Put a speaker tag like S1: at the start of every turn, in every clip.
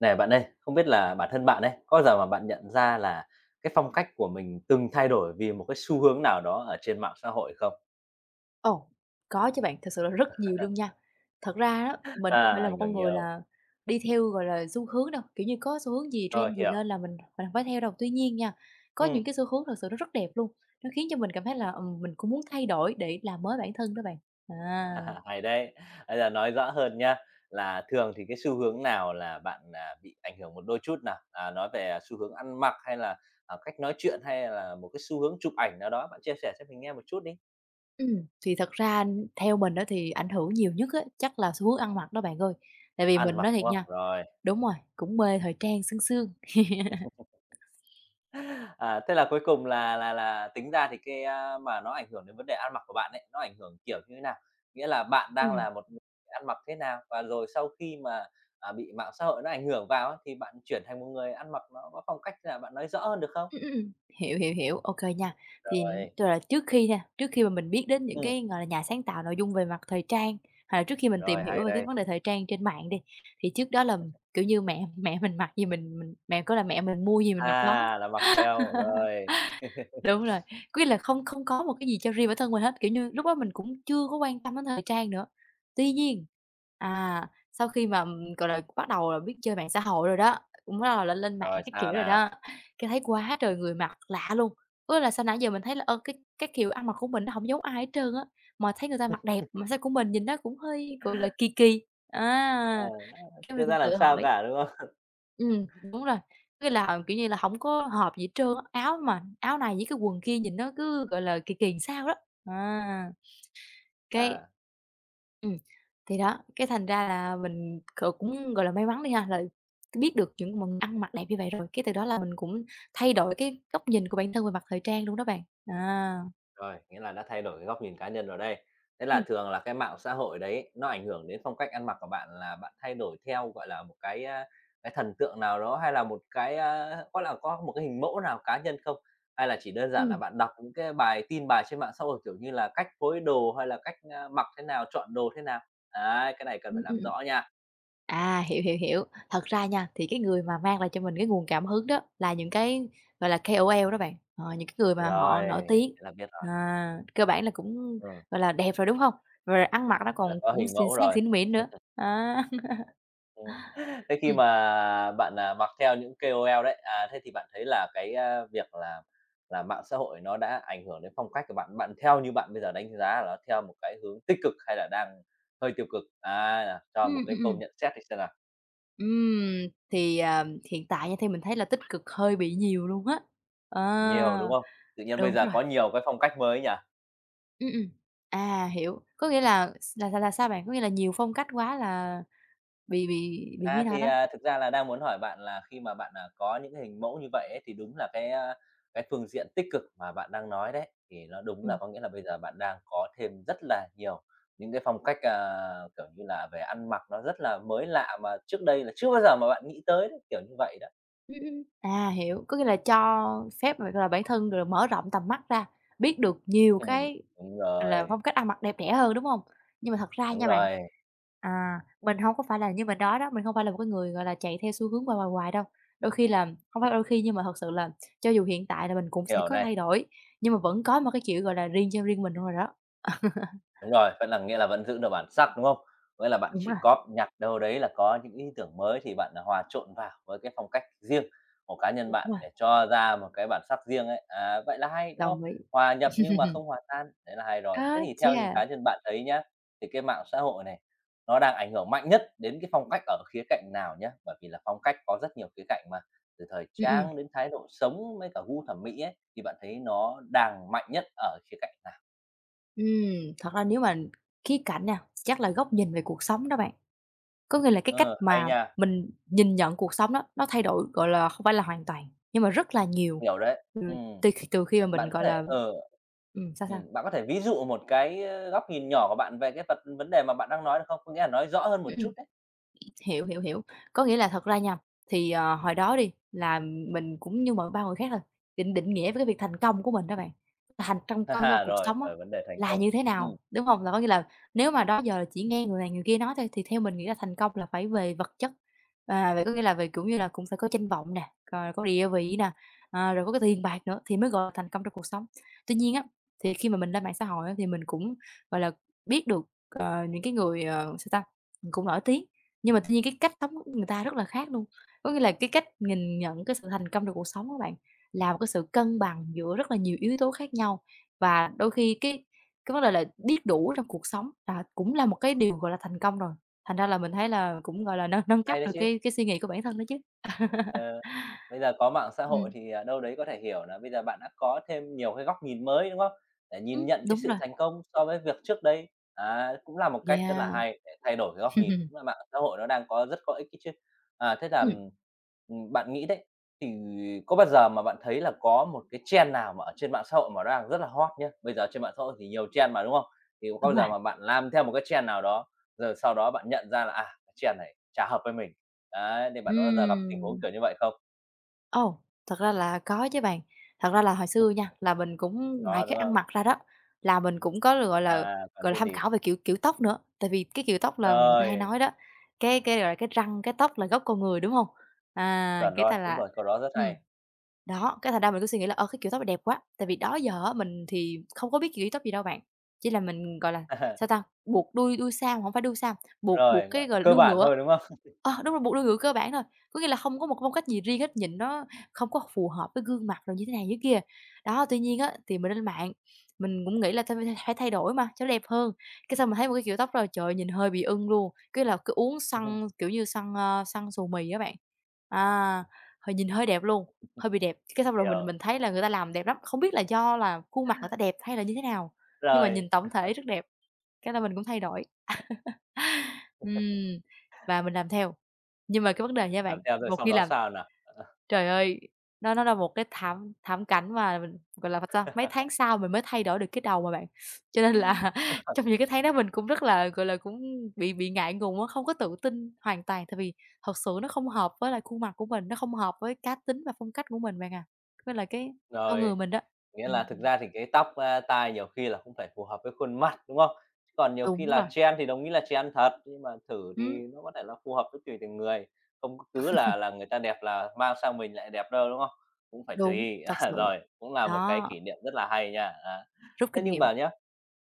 S1: Này bạn ơi, không biết là bản thân bạn ấy, có bao giờ mà bạn nhận ra là cái phong cách của mình từng thay đổi vì một cái xu hướng nào đó ở trên mạng xã hội không?
S2: Ồ, có chứ bạn. Thật sự là rất nhiều luôn nha. Thật ra đó, mình không phải là một
S1: Ảnh
S2: con
S1: hưởng
S2: người
S1: nhiều.
S2: là đi theo, gọi là, xu hướng đâu, kiểu như, có xu hướng gì,
S1: Rồi,
S2: trend gì
S1: hiểu.
S2: lên là mình hổng phải theo đâu. Tuy nhiên nha, có những
S1: Ừm,
S2: cái xu hướng thật sự nó rất đẹp luôn, nó khiến cho mình cảm thấy là, mình cũng muốn thay đổi để làm mới bản thân đó bạn. À,
S1: Hay đấy. Bây giờ nói rõ hơn nhá, là thường thì cái xu hướng nào là bạn, bị ảnh hưởng một đôi chút nào? Nói về xu hướng ăn mặc hay là, cách nói chuyện hay là một cái xu hướng chụp ảnh nào đó, bạn chia sẻ cho mình nghe một chút đi.
S2: thì thật ra theo mình đó thì ảnh hưởng nhiều nhất á, chắc là xu hướng ăn mặc đó bạn ơi. Tại vì
S1: Ăn
S2: mình
S1: mặc,
S2: nói thiệt
S1: đúng không?
S2: nha,
S1: Rồi.
S2: đúng rồi, cũng mê thời trang sương sương.
S1: À, thế là cuối cùng là là tính ra thì cái, mà nó ảnh hưởng đến vấn đề ăn mặc của bạn ấy, nó ảnh hưởng kiểu như thế nào? Nghĩa là bạn đang là một người ăn mặc thế nào? Và rồi sau khi mà, bị mạng xã hội nó ảnh hưởng vào ấy, thì bạn chuyển thành một người ăn mặc nó có phong cách thế nào? Bạn nói rõ hơn được không?
S2: Ừm, ừm, ừm, hiểu, hiểu, hiểu, ok nha. Thì
S1: Rồi.
S2: tức là trước khi nha, trước khi mà mình biết đến những
S1: Ừm.
S2: cái, gọi là, nhà sáng tạo nội dung về mặt thời trang, hay là trước khi mình tìm
S1: Rồi,
S2: hiểu
S1: hay
S2: về cái
S1: đây.
S2: vấn đề thời trang trên mạng đi, thì trước đó là, kiểu như, mẹ mẹ mình mặc gì mình mẹ có là mẹ mình mua gì mình mặc đó.
S1: À, là mặc theo, rồi.
S2: Đúng rồi, có nghĩa là không không có một cái gì cho riêng bản thân mình hết, kiểu như, lúc đó mình cũng chưa có quan tâm đến thời trang nữa. Tuy nhiên, à, sau khi mà, gọi là, bắt đầu là biết chơi mạng xã hội rồi đó, cũng bắt đầu là lên mạng
S1: Rồi
S2: các kiểu
S1: sao
S2: rồi
S1: nào?
S2: đó, cái thấy quá trời người mặc lạ luôn. Có nghĩa là sao nãy giờ mình thấy là, ờ, cái kiểu ăn mặc của mình nó hổng giống ai hết trơn á, mà thấy người ta mặc đẹp mà sao của mình nhìn nó cũng hơi, gọi là, kỳ kỳ,
S1: Ờ,
S2: à. Cái
S1: chưa
S2: mình cũng
S1: ra làm
S2: tự
S1: sao
S2: hỏi.
S1: cả, đúng không?
S2: Đúng rồi, cái là, kiểu như là, hổng có hợp gì hết trơn á, áo mà áo này với cái quần kia nhìn nó cứ, gọi là, kỳ kỳ sao đó. À, cái
S1: À.
S2: ừm, thì đó, cái thành ra là mình cũng, gọi là, may mắn đi ha, là biết được những mọi ăn mặc đẹp như vậy rồi, cái từ đó là mình cũng thay đổi cái góc nhìn của bản thân về mặt thời trang luôn đó bạn.
S1: Rồi, nghĩa là đã thay đổi cái góc nhìn cá nhân rồi đây. Thế là
S2: Ừm,
S1: thường là cái mạng xã hội đấy nó ảnh hưởng đến phong cách ăn mặc của bạn là bạn thay đổi theo, gọi là, một cái, cái thần tượng nào đó hay là một cái, có một cái hình mẫu nào cá nhân không? Hay là chỉ đơn giản là
S2: ừm,
S1: bạn đọc những cái bài trên mạng xã hội, kiểu như là, cách phối đồ hay là cách, mặc thế nào, chọn đồ thế nào? Đấy, cái này cần
S2: ừm,
S1: phải làm
S2: ừm.
S1: rõ nha.
S2: Hiểu, hiểu, hiểu. Thật ra nha, thì cái người mà mang lại cho mình cái nguồn cảm hứng đó là những cái, gọi là, KOL đó bạn, ờ, những cái người mà họ
S1: Rồi,
S2: nổi tiếng,
S1: thế là biết rồi.
S2: à, cơ bản là cũng,
S1: Ừm,
S2: gọi là, đẹp rồi, đúng không? Rồi ăn mặc nó còn
S1: là có
S2: cũng
S1: hình
S2: xinh
S1: mẫu
S2: xắn
S1: rồi.
S2: xinh mịn nữa, á.
S1: Ừm. Thế khi
S2: Ừm,
S1: mà bạn, mặc theo những KOL đấy, thế thì bạn thấy là cái, việc là mạng xã hội nó đã ảnh hưởng đến phong cách của bạn. Bạn theo như bạn bây giờ đánh giá là nó theo một cái hướng tích cực hay là đang hơi tiêu cực? À, cho một
S2: ừm, ừm,
S1: cái câu
S2: ừm.
S1: nhận xét thì xem nào.
S2: Thì, à, hiện tại nha, theo mình thấy là tích cực hơi bị nhiều luôn á.
S1: Nhiều,
S2: Ờ,
S1: đúng không? Tự nhiên bây
S2: đúng
S1: giờ
S2: rồi,
S1: có nhiều cái phong cách mới nhỉ?
S2: ừm, ừm. À, hiểu, có nghĩa là sao bạn? Có nghĩa là nhiều phong cách quá là bị như
S1: À,
S2: nào
S1: thì,
S2: đó.
S1: thực ra là đang muốn hỏi bạn là khi mà bạn, có những cái hình mẫu như vậy ấy, thì đúng là cái, cái phương diện tích cực mà bạn đang nói đấy, thì nó đúng
S2: Ừm,
S1: là có nghĩa là bây giờ bạn đang có thêm rất là nhiều những cái phong cách, kiểu như là, về ăn mặc nó rất là mới lạ mà trước đây là chưa bao giờ mà bạn nghĩ tới đấy, kiểu như vậy đó.
S2: À, hiểu, có nghĩa là cho phép mà, gọi là, bản thân, gọi là, mở rộng tầm mắt ra, biết được nhiều
S1: Ừm,
S2: cái,
S1: đúng
S2: gọi là,
S1: rồi,
S2: phong cách ăn mặc đẹp đẽ hơn, đúng hông? Nhưng mà thật ra
S1: đúng
S2: nha bạn,
S1: rồi,
S2: à, mình hông có phải là như mình nói đó, mình hông phải là một cái người, gọi là, chạy theo xu hướng hoài, hoài, hoài đâu. Đôi khi là hông phải đôi khi nhưng mà thật sự là cho dù hiện tại là mình cũng sẽ
S1: hiểu
S2: có
S1: này.
S2: thay đổi, nhưng mà vẫn có một cái kiểu, gọi là, riêng cho riêng mình luôn rồi đó.
S1: Đúng rồi, vẫn là nghĩa là vẫn giữ được bản sắc, đúng không? Nghĩa là bạn
S2: Đúng rồi,
S1: chỉ cóp nhặt đâu đấy là có những ý tưởng mới thì bạn, hòa trộn vào với cái phong cách riêng của cá nhân
S2: đúng
S1: bạn
S2: rồi,
S1: để cho ra một cái bản sắc riêng ấy, vậy là hay, đúng không?
S2: đồng ý.
S1: Hòa nhập nhưng mà không hòa tan, đấy là hay rồi. Thế
S2: Á,
S1: thì theo
S2: chà!
S1: những cá nhân bạn thấy nhá, thì cái mạng xã hội này nó đang ảnh hưởng mạnh nhất đến cái phong cách ở khía cạnh nào nhá? Bởi vì là phong cách có rất nhiều khía cạnh mà, từ thời
S2: Ừm, ừm.
S1: trang đến thái độ sống với cả gu thẩm mỹ ấy, thì bạn thấy nó đang mạnh nhất ở khía cạnh nào?
S2: Ừm, thật ra nếu mà khía cạnh nha, chắc là góc nhìn về cuộc sống đó bạn. Có nghĩa là cái cách
S1: Ừ, hay
S2: mà
S1: nha.
S2: mình nhìn nhận cuộc sống đó, nó thay đổi, gọi là, không phải là hoàn toàn, nhưng mà rất là nhiều,
S1: Hiểu đấy.
S2: ừm, từ khi mà mình,
S1: Bạn có
S2: gọi
S1: thể
S2: là,
S1: ờ,
S2: sao, sao?
S1: Bạn có thể ví dụ một cái, góc nhìn nhỏ của bạn về cái vấn đề mà bạn đang nói được không? Có nghĩa là nói rõ hơn
S2: Ừm,
S1: một
S2: ừm.
S1: chút đấy.
S2: Hiểu, hiểu, hiểu. Có nghĩa là thật ra nha, thì, ờ, hồi đó đi, là mình cũng như mọi ba người khác thôi, định định nghĩa với cái việc thành công của mình đó bạn, thành trong công trong
S1: À, rồi,
S2: cuộc sống á,
S1: vấn đề thành
S2: là
S1: công.
S2: như thế
S1: Ừm.
S2: nào, đúng hông? Là có nghĩa là nếu mà đó giờ là chỉ nghe người này người kia nói thôi, thì theo mình nghĩ là thành công là phải về vật chất, à, vậy có nghĩa là về, kiểu như là, cũng phải có danh vọng nè, rồi có địa vị nè, ờ, rồi có cái tiền bạc nữa thì mới gọi là thành công trong cuộc sống. Tuy nhiên á, thì khi mà mình lên mạng xã hội á, thì mình cũng, gọi là, biết được, ờ, những cái người, ờ, sao ta, cũng nổi tiếng nhưng mà tuy nhiên cái cách sống của người ta rất là khác luôn, có nghĩa là cái cách nhìn nhận cái sự thành công trong cuộc sống á bạn, là một cái sự cân bằng giữa rất là nhiều yếu tố khác nhau. Và đôi khi cái vấn đề là biết đủ trong cuộc sống là cũng là một cái điều, gọi là, thành công rồi, thành ra là mình thấy là cũng, gọi là, nâng nâng cấp
S1: Hay đấy
S2: được
S1: chứ.
S2: cái suy nghĩ của bản thân đó chứ.
S1: Ờ, bây giờ có mạng xã hội
S2: Ừm,
S1: thì, đâu đấy có thể hiểu là bây giờ bạn đã có thêm nhiều cái góc nhìn mới, đúng không? Để nhìn nhận cái
S2: đúng
S1: sự
S2: rồi,
S1: thành công so với việc trước đây, á, cũng là một cách rất là
S2: yeah.
S1: hay để thay đổi cái góc nhìn, cũng là mạng xã hội nó đang có rất có ích ấy chứ. À, thế là,
S2: Ừm,
S1: ừm, Bạn nghĩ đấy, thì có bao giờ mà bạn thấy là có một cái trend nào mà ở trên mạng xã hội mà nó đang rất là hot nhá? Bây giờ trên mạng xã hội thì nhiều trend mà, đúng không? Thì có
S2: đúng
S1: bao
S2: rồi,
S1: giờ mà bạn làm theo một cái trend nào đó rồi sau đó bạn nhận ra là, à, cái chèn này chả hợp với mình. Đấy, thì bạn có bao giờ gặp tình huống
S2: ừm.
S1: kiểu như vậy không?
S2: Ồ, thật ra là có chứ bạn. Thật ra là hồi xưa nha, là mình cũng ngoài
S1: Đó,
S2: cái
S1: đúng
S2: ăn
S1: không?
S2: mặc ra đó, là mình cũng có,
S1: À, còn
S2: gọi là,
S1: cái
S2: tham
S1: gì?
S2: khảo về kiểu kiểu tóc nữa. Tại vì cái kiểu tóc là người ta hay
S1: Rồi,
S2: nói đó, gọi là, cái răng, cái tóc là gốc con người, đúng không? À,
S1: chuẩn
S2: cái
S1: rồi,
S2: ta
S1: đúng
S2: là
S1: rồi, câu đó rất
S2: ừm.
S1: hay.
S2: Đó, cái thành ra mình cứ suy nghĩ là, ờ, cái kiểu tóc này đẹp quá, tại vì đó giờ á mình thì không có biết kiểu tóc gì đâu bạn, chỉ là mình, gọi là, sao ta, buộc đuôi đuôi sam, không phải đuôi sam, buộc buộc
S1: Rồi,
S2: cái,
S1: gọi là,
S2: gọi là,
S1: cơ
S2: đuôi
S1: bản
S2: ngựa.
S1: thôi, đúng không?
S2: Ờ, đúng rồi, buộc đuôi ngựa cơ bản thôi, có nghĩa là không có một phong cách gì riêng hết, nhìn nó không có phù hợp với gương mặt rồi như thế này, như thế kia. Đó, tuy nhiên á, thì mình lên mạng, mình cũng nghĩ là thôi phải phải thay đổi mà, cho nó đẹp hơn, cái xong mình thấy một cái kiểu tóc rồi, trời ơi, nhìn hơi bị ưng luôn, cái là cứ uống xăng kiểu như, xăng ơ, xăn xù mì á bạn. À, h nhìn hơi đẹp luôn. Hơi bị đẹp, cái xong rồi mình
S1: Hiểu,
S2: mình thấy là người ta làm đẹp lắm, không biết là do là khuôn mặt người ta đẹp hay là như thế nào, nhưng mà nhìn
S1: rồi,
S2: tổng thể rất đẹp, cái là mình cũng thay đổi. Ừm, và mình làm theo. Nhưng mà cái vấn đề nha
S1: làm
S2: bạn,
S1: theo rồi
S2: một
S1: xong
S2: khi
S1: đó
S2: làm.
S1: sao nào?
S2: Trời ơi, nó là một cái thảm thảm cảnh mà mình, gọi là, sao, mấy tháng sau mình mới thay đổi được cái đầu mà bạn. Cho nên là trong những cái tháng đó mình cũng rất là, gọi là, cũng bị ngại ngùng á, không có tự tin hoàn toàn, tại vì thật sự nó không hợp với lại khuôn mặt của mình, nó không hợp với cá tính và phong cách của mình bạn à, với lại cái con
S1: Rồi.
S2: người mình đó.
S1: Nghĩa là thực
S2: Ừm,
S1: ra thì cái tóc, tai nhiều khi là cũng phải phù hợp với khuôn mặt, đúng không? Chứ còn nhiều khi
S2: đúng rồi,
S1: là trend thì đồng ý là trend thật, nhưng mà thử thì
S2: ừm,
S1: nó có thể là phù hợp với tùy từng người, không có cứ là người ta đẹp là mang sang mình lại đẹp đâu, đúng không? Cũng phải
S2: đúng,
S1: tùy.
S2: thật
S1: À,
S2: sự,
S1: rồi, cũng là một cái
S2: đó,
S1: kỷ niệm rất là hay nha. Á,
S2: rút
S1: thế
S2: kinh
S1: nhưng
S2: nghiệm.
S1: mà nhá,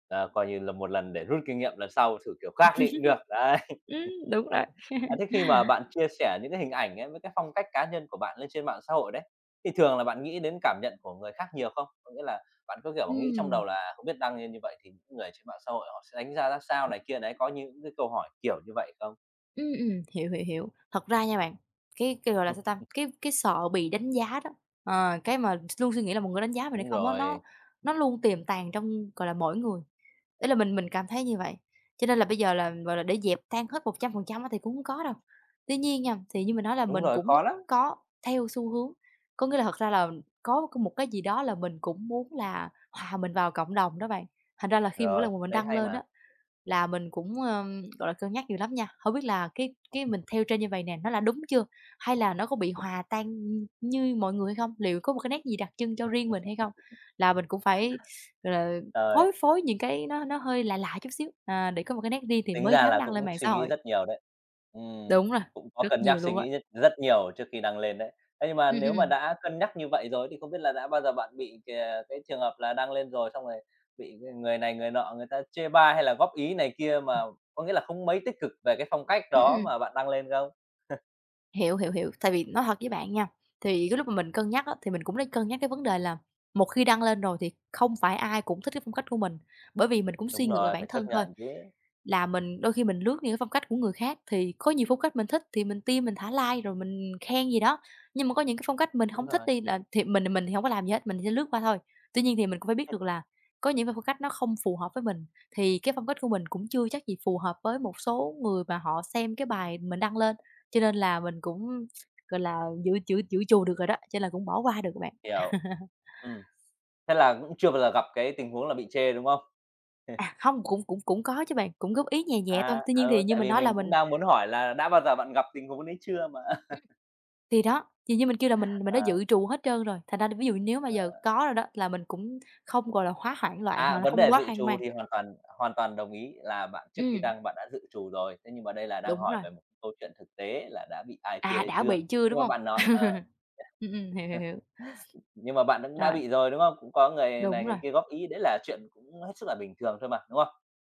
S1: ờ, coi như là một lần để rút kinh nghiệm lần sau thử kiểu khác đi cũng được, đấy.
S2: Ừm, đúng rồi,
S1: À, thế khi mà bạn chia sẻ những cái hình ảnh ấy với cái phong cách cá nhân của bạn lên trên mạng xã hội đấy, thì thường là bạn nghĩ đến cảm nhận của người khác nhiều không? Có nghĩa là bạn có, kiểu, nghĩ trong
S2: ừm.
S1: đầu là không biết đăng lên như vậy thì những người trên mạng xã hội họ sẽ đánh giá ra sao này kia đấy, có những cái câu hỏi kiểu như vậy không?
S2: Hiểu, hiểu, hiểu. Thật ra nha bạn, gọi là, sao ta, cái sợ bị đánh giá đó, ờ, cái mà luôn suy nghĩ là một người đánh giá mình hay
S1: Đúng
S2: không á, nó
S1: rồi.
S2: nó luôn tiềm tàng trong, gọi là, mỗi người, ý là mình cảm thấy như vậy. Cho nên là bây giờ là, gọi là, để dẹp tan hết 100% á thì cũng không có đâu. Tuy nhiên nha, thì như mình nói là
S1: Đúng
S2: mình
S1: rồi,
S2: cũng
S1: có lắm.
S2: có theo xu hướng, có nghĩa là thật ra là có một cái gì đó là mình cũng muốn là hòa mình vào cộng đồng đó bạn. Thành ra là khi mỗi
S1: Rồi,
S2: lần mà mình
S1: cái đấy
S2: đăng
S1: hay
S2: lên
S1: mà.
S2: á, là mình cũng, gọi là, cân nhắc nhiều lắm nha. Không biết là cái mình theo trend như vậy nè, nó là đúng chưa? Hay là nó có bị hòa tan như mọi người hay không? Liệu có một cái nét gì đặc trưng cho riêng mình hay không? Là mình cũng phải, gọi là,
S1: Trời.
S2: phối phối những cái nó hơi lạ lạ chút xíu, à, để có một cái nét riêng thì
S1: Tính
S2: mới
S1: ra
S2: dám
S1: là
S2: đăng lên
S1: cũng
S2: mạng xã
S1: suy nghĩ
S2: hội.
S1: rất nhiều đấy. Ừm,
S2: Đúng rồi,
S1: cũng có
S2: rất
S1: cân
S2: nhiều
S1: nhắc suy
S2: luôn á.
S1: nghĩ rất rất nhiều trước khi đăng lên đấy. Thế nhưng mà
S2: Ừm, ừm,
S1: nếu mà
S2: ừm,
S1: đã cân nhắc như vậy rồi thì không biết là đã bao giờ bạn bị kìa cái trường hợp là đăng lên rồi xong rồi bị cái người này người nọ người ta chê bai hay là góp ý này kia mà có nghĩa là không mấy tích cực về cái phong cách đó
S2: ừm,
S1: mà bạn đăng lên không?
S2: Hiểu, hiểu, hiểu. Tại vì nói thật với bạn nha, thì cái lúc mà mình cân nhắc á, thì mình cũng nên cân nhắc cái vấn đề là một khi đăng lên rồi thì không phải ai cũng thích cái phong cách của mình, bởi vì mình cũng suy
S1: Đúng
S2: ngược lại
S1: rồi,
S2: bản
S1: phải chấp
S2: thân thôi,
S1: nhận chứ.
S2: là mình đôi khi mình lướt những cái phong cách của người khác thì có nhiều phong cách mình thích thì mình tim mình thả like rồi mình khen gì đó, nhưng mà có những cái phong cách mình
S1: Đúng
S2: không thích
S1: rồi,
S2: đi là thì mình thì hổng có làm gì hết, mình sẽ lướt qua thôi. Tuy nhiên thì mình cũng phải biết được là có những cái phong cách nó không phù hợp với mình, thì cái phong cách của mình cũng chưa chắc gì phù hợp với một số người mà họ xem cái bài mình đăng lên. Cho nên là mình cũng, gọi là, dự dự dự trù được rồi đó, cho nên là cũng bỏ qua được các bạn.
S1: hiểu. Ừm, thế là cũng chưa bao giờ gặp cái tình huống là bị chê, đúng không?
S2: À, không, cũng cũng cũng có chứ bạn, cũng góp ý nhẹ nhẹ thôi.
S1: À,
S2: Tuy nhiên thì
S1: ừ,
S2: như
S1: tại
S2: mình
S1: vì
S2: nói là
S1: mình cũng
S2: mình
S1: đang muốn hỏi là đã bao giờ bạn gặp tình huống đấy chưa mà.
S2: ừm, thì đó, thì như mình kêu là mình đã dự trù hết trơn rồi, thành ra ví dụ nếu mà
S1: Ờ,
S2: giờ có rồi đó là mình cũng không, gọi là, quá hoảng loạn
S1: à,
S2: hoặc là
S1: vấn
S2: không
S1: đề
S2: quá
S1: dự
S2: hoang
S1: trù
S2: mang.
S1: thì hoàn toàn đồng ý là bạn trước khi
S2: Ừm,
S1: đăng bạn đã dự trù rồi. Thế nhưng mà đây là đang
S2: đúng
S1: hỏi
S2: rồi.
S1: về một câu chuyện thực tế là đã bị ai
S2: À,
S1: chê
S2: đã
S1: chưa.
S2: bị chưa, đúng
S1: Nhưng mà
S2: không?
S1: bạn nói ờ,
S2: Hiểu, hiểu, hiểu.
S1: nhưng mà bạn cũng đã
S2: Rồi,
S1: bị rồi, đúng không? Cũng có người
S2: đúng
S1: này
S2: rồi.
S1: người kia góp ý, đấy là chuyện cũng hết sức là bình thường thôi mà, đúng không?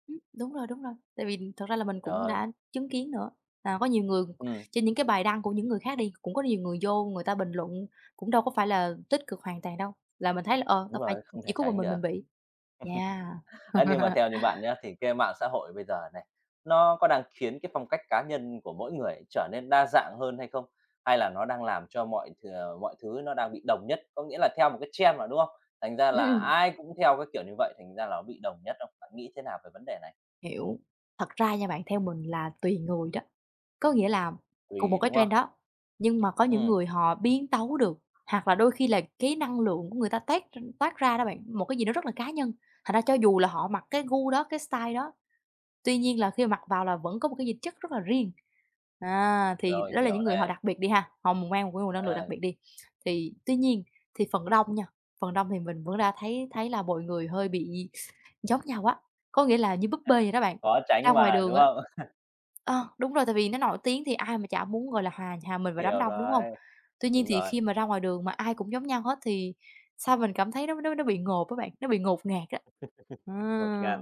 S2: Đúng rồi, đúng rồi. Tại vì thật ra là mình cũng
S1: Rồi,
S2: đã chứng kiến nữa, là có nhiều người
S1: ừm,
S2: trên những cái bài đăng của những người khác đi, cũng có nhiều người vô người ta bình luận, cũng đâu có phải là tích cực hoàn toàn đâu, là mình thấy là, ờ,
S1: đúng
S2: đâu phải
S1: rồi, không
S2: chỉ
S1: thể
S2: có mình
S1: tránh
S2: mình
S1: được.
S2: mình bị. Yeah.
S1: Ấy, nhưng mà theo như bạn nhá, thì cái mạng xã hội bây giờ này, nó có đang khiến cái phong cách cá nhân của mỗi người trở nên đa dạng hơn hay không? Hay là nó đang làm cho mọi thứ nó đang bị đồng nhất, có nghĩa là theo một cái trend mà, đúng không? Thành ra là
S2: Ừm,
S1: ai cũng theo cái kiểu như vậy, thành ra là nó bị đồng nhất không? Bạn nghĩ thế nào về vấn đề này?
S2: hiểu. Thật ra nha bạn, theo mình là tùy người đó, có nghĩa là cùng một
S1: Tùy,
S2: cái
S1: đúng không?
S2: trend đó, nhưng mà có những
S1: Ừ
S2: người họ biến tấu được, hoặc là đôi khi là cái năng lượng của người ta toát ra đó bạn, một cái gì đó rất là cá nhân, thành ra cho dù là họ mặc cái gu đó, cái style đó. Tuy nhiên là khi mà mặc vào là vẫn có một cái dịch chất rất là riêng. À, thì
S1: rồi,
S2: đó là
S1: hiểu
S2: những người họ
S1: nè,
S2: đặc biệt đi ha, họ mang một cái nguồn năng lượng
S1: à,
S2: đặc biệt đi. Tuy nhiên thì phần đông nha, phần đông thì mình vẫn đã thấy thấy là mọi người hơi bị giống nhau á, có nghĩa là như búp bê vậy đó bạn,
S1: khó
S2: ra
S1: tránh
S2: ngoài
S1: mà,
S2: đường
S1: đúng
S2: á.
S1: không?
S2: Ờ, đúng rồi, tại vì nó nổi tiếng thì ai mà chả muốn, gọi là, hòa hòa mình vào đám
S1: Hiểu
S2: đông, đúng không?
S1: rồi,
S2: Tuy nhiên
S1: đúng
S2: thì
S1: rồi.
S2: khi mà ra ngoài đường mà ai cũng giống nhau hết thì sao mình cảm thấy nó bị ngộp á bạn, nó bị ngột ngạt á.
S1: Ngột
S2: À.
S1: ngạt.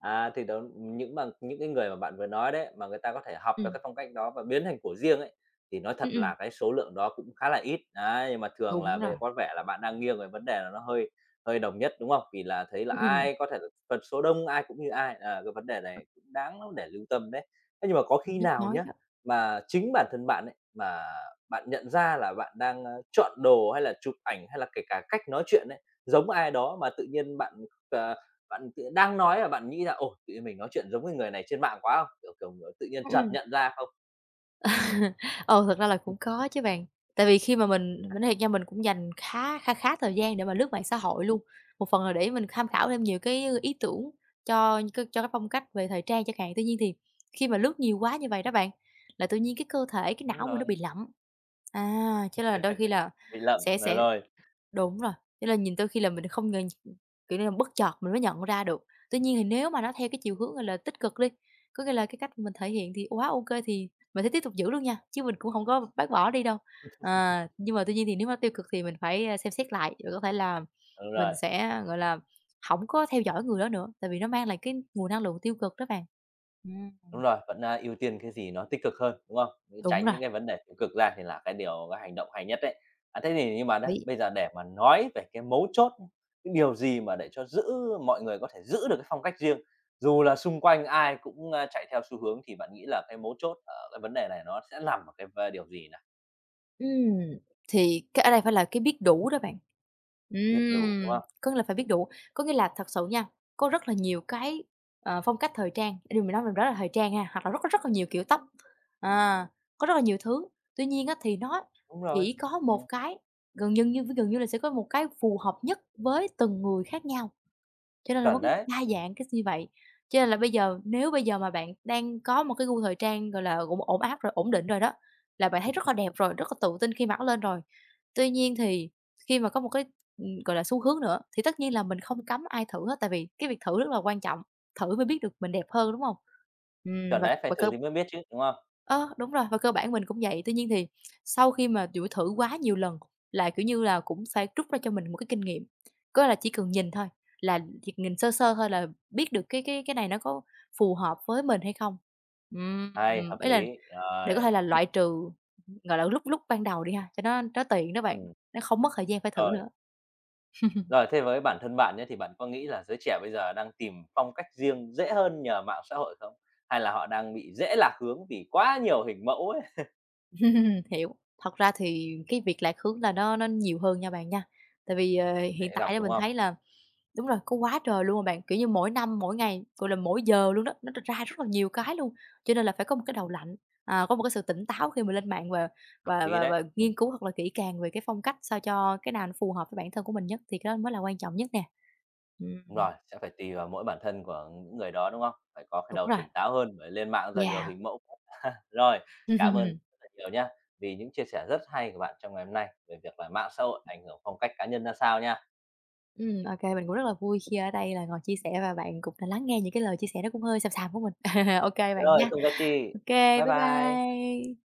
S1: Thì đó những cái người mà bạn vừa nói đấy, mà người ta có thể học được
S2: Ừm,
S1: cái phong cách đó và biến thành của riêng ấy, thì nói
S2: ừm,
S1: thật
S2: ừm,
S1: là cái số lượng đó cũng khá là ít. Đấy, nhưng mà thường
S2: đúng
S1: là bây
S2: rồi.
S1: giờ có vẻ là bạn đang nghiêng về vấn đề là nó hơi hơi đồng nhất, đúng không? Vì là thấy là
S2: Ừm, ừm,
S1: ai có thể là tần số đông, ai cũng như ai, à, cái vấn đề này cũng đáng lắm để lưu tâm đấy. Thế nhưng mà có
S2: những
S1: khi
S2: nước
S1: nào
S2: nói
S1: nhá,
S2: đó.
S1: mà chính bản thân bạn ấy, mà bạn nhận ra là bạn đang, chọn đồ hay là chụp ảnh, hay là kể cả cách nói chuyện ấy, giống ai đó mà tự nhiên bạn, ờ bạn tự đang nói và bạn nghĩ là "Ồ, tự nhiên mình nói chuyện giống cái người này trên mạng quá" không? Kiểu, ờ, tự nhiên
S2: Ừm,
S1: chợt
S2: ừm.
S1: nhận ra không?
S2: Ờ, thật ra là cũng có chứ bạn, tại vì khi mà mình nói thiệt nha, mình cũng dành khá kha khá thời gian để mà lướt mạng xã hội luôn, một phần là để mình tham khảo thêm nhiều cái ý tưởng cho cái phong cách về thời trang chẳng hạn. Tuy nhiên thì khi mà lướt nhiều quá như vậy đó bạn, là tự nhiên cái cơ thể, cái
S1: Đúng
S2: não mình nó
S1: rồi,
S2: bị lậm, à, cho nên là đôi khi là
S1: bị lậm, ờ,
S2: sẽ
S1: rồi,
S2: đúng rồi, thế là nhìn đôi khi là mình không ngờ kiểu như là, bất chợt mình mới nhận ra được. Tuy nhiên thì nếu mà nó theo cái chiều hướng, gọi là, tích cực đi, có nghĩa là cái cách mình thể hiện thì quá ok thì mình sẽ tiếp tục giữ luôn nha, chứ mình cũng không có bác bỏ đi đâu. À, nhưng mà tuy nhiên thì nếu mà tiêu cực thì mình phải, a, xem xét lại, rồi có thể là
S1: đúng rồi,
S2: mình sẽ, gọi là, không có theo dõi người đó nữa, tại vì nó mang lại cái nguồn năng lượng tiêu cực đó bạn. Ừm.
S1: đúng rồi, vẫn, ưu tiên cái gì nó tích cực hơn, đúng không?
S2: Đúng
S1: Tránh
S2: rồi.
S1: những cái vấn đề tiêu cực ra thì là cái điều cái hành động hay nhất đấy. À, thế thì nhưng mà đấy,
S2: Đấy.
S1: bây giờ để mà nói về cái mấu chốt, cái điều gì mà để cho giữ mọi người có thể giữ được cái phong cách riêng, dù là xung quanh ai cũng, chạy theo xu hướng thì bạn nghĩ là cái mấu chốt ở cái vấn đề này nó sẽ nằm ở cái điều gì nào?
S2: Ừm, thì cái ở đây phải là cái biết đủ đó bạn.
S1: Biết đủ, đúng không?
S2: Có nghĩa là phải biết đủ. Có nghĩa là thật sự nha, có rất là nhiều cái, ờ, phong cách thời trang, điều mình nói mình rất là thời trang ha, hoặc là rất rất là nhiều kiểu tóc, à, có rất là nhiều thứ. Tuy nhiên á, thì nó
S1: Đúng rồi.
S2: chỉ có
S1: Ừ.
S2: một cái, gần như như gần như là sẽ có một cái phù hợp nhất với từng người khác nhau. Cho nên là mới
S1: Chuẩn
S2: có
S1: đấy,
S2: đa
S1: ừm,
S2: dạng cái như vậy. Cho nên là bây giờ nếu bây giờ mà bạn đang có một cái gu thời trang, gọi là, cũng ổn áp rồi, ổn định rồi đó, là bạn thấy rất là đẹp rồi, rất là tự tin khi mặc nó lên rồi. Tuy nhiên thì khi mà có một cái, gọi là, xu hướng nữa, thì tất nhiên là mình không cấm ai thử hết, tại vì cái việc thử rất là quan trọng, thử mới biết được mình đẹp hơn, đúng không?
S1: chuẩn
S2: Và
S1: đấy, phải
S2: và cơ
S1: thử thì mới biết chứ, đúng không?
S2: Ơ, đúng rồi, và cơ bản mình cũng vậy. Tuy nhiên thì sau khi mà, kiểu, thử quá nhiều lần là, kiểu như là, cũng phải rút ra cho mình một cái kinh nghiệm, có là chỉ cần nhìn thôi, là chỉ nhìn sơ sơ thôi là biết được cái cái này nó có phù hợp với mình hay không. Ừm,
S1: Hay, hợp
S2: ý là
S1: lý,
S2: để có
S1: rồi,
S2: thể là loại trừ, gọi là, lúc lúc ban đầu đi ha, cho nó tiện đó bạn,
S1: ừm,
S2: nó không mất thời gian phải thử
S1: rồi.
S2: nữa.
S1: Rồi thế với bản thân bạn nhé thì bạn có nghĩ là giới trẻ bây giờ đang tìm phong cách riêng dễ hơn nhờ mạng xã hội không? Hay là họ đang bị dễ lạc hướng vì quá nhiều hình mẫu ấy?
S2: Hiểu, thật ra thì cái việc lạc hướng là nó nhiều hơn nha bạn nha. Tại vì, ờ,
S1: Dễ
S2: hiện
S1: gặp,
S2: tại á
S1: đúng
S2: mình
S1: không?
S2: thấy là đúng rồi, có quá trời luôn mà bạn, kiểu như, mỗi năm, mỗi ngày, gọi là, mỗi giờ luôn đó, nó ra rất là nhiều cái luôn, cho nên là phải có một cái đầu lạnh, à, có một cái sự tỉnh táo khi mà lên mạng và
S1: Hợp
S2: và
S1: lý
S2: và và
S1: đấy,
S2: nghiên cứu hoặc là kỹ càng về cái phong cách sao cho cái nào nó phù hợp với bản thân của mình nhất thì cái đó mới là quan trọng nhất nè.
S1: đúng
S2: Ừm,
S1: rồi, sẽ phải tùy vào mỗi bản thân của những người đó, đúng không? Phải có cái
S2: đúng
S1: đầu
S2: rồi,
S1: tỉnh táo hơn, bởi lên mạng giờ nhiều
S2: yeah.
S1: hình mẫu quá. Rồi, cảm ơn rất là nhiều nhá, vì những chia sẻ rất hay của bạn trong ngày hôm nay về việc là mạng xã hội ảnh hưởng phong cách cá nhân ra sao nha.
S2: Ô mình cũng rất là vui khi ở đây là ngồi chia sẻ và bạn cũng đã lắng nghe những cái lời chia sẻ nó cũng hơi xàm xàm của mình. Ok bạn
S1: Rồi,
S2: nha.
S1: không có chi.
S2: Ok,
S1: Bye
S2: bye
S1: bye.
S2: bye.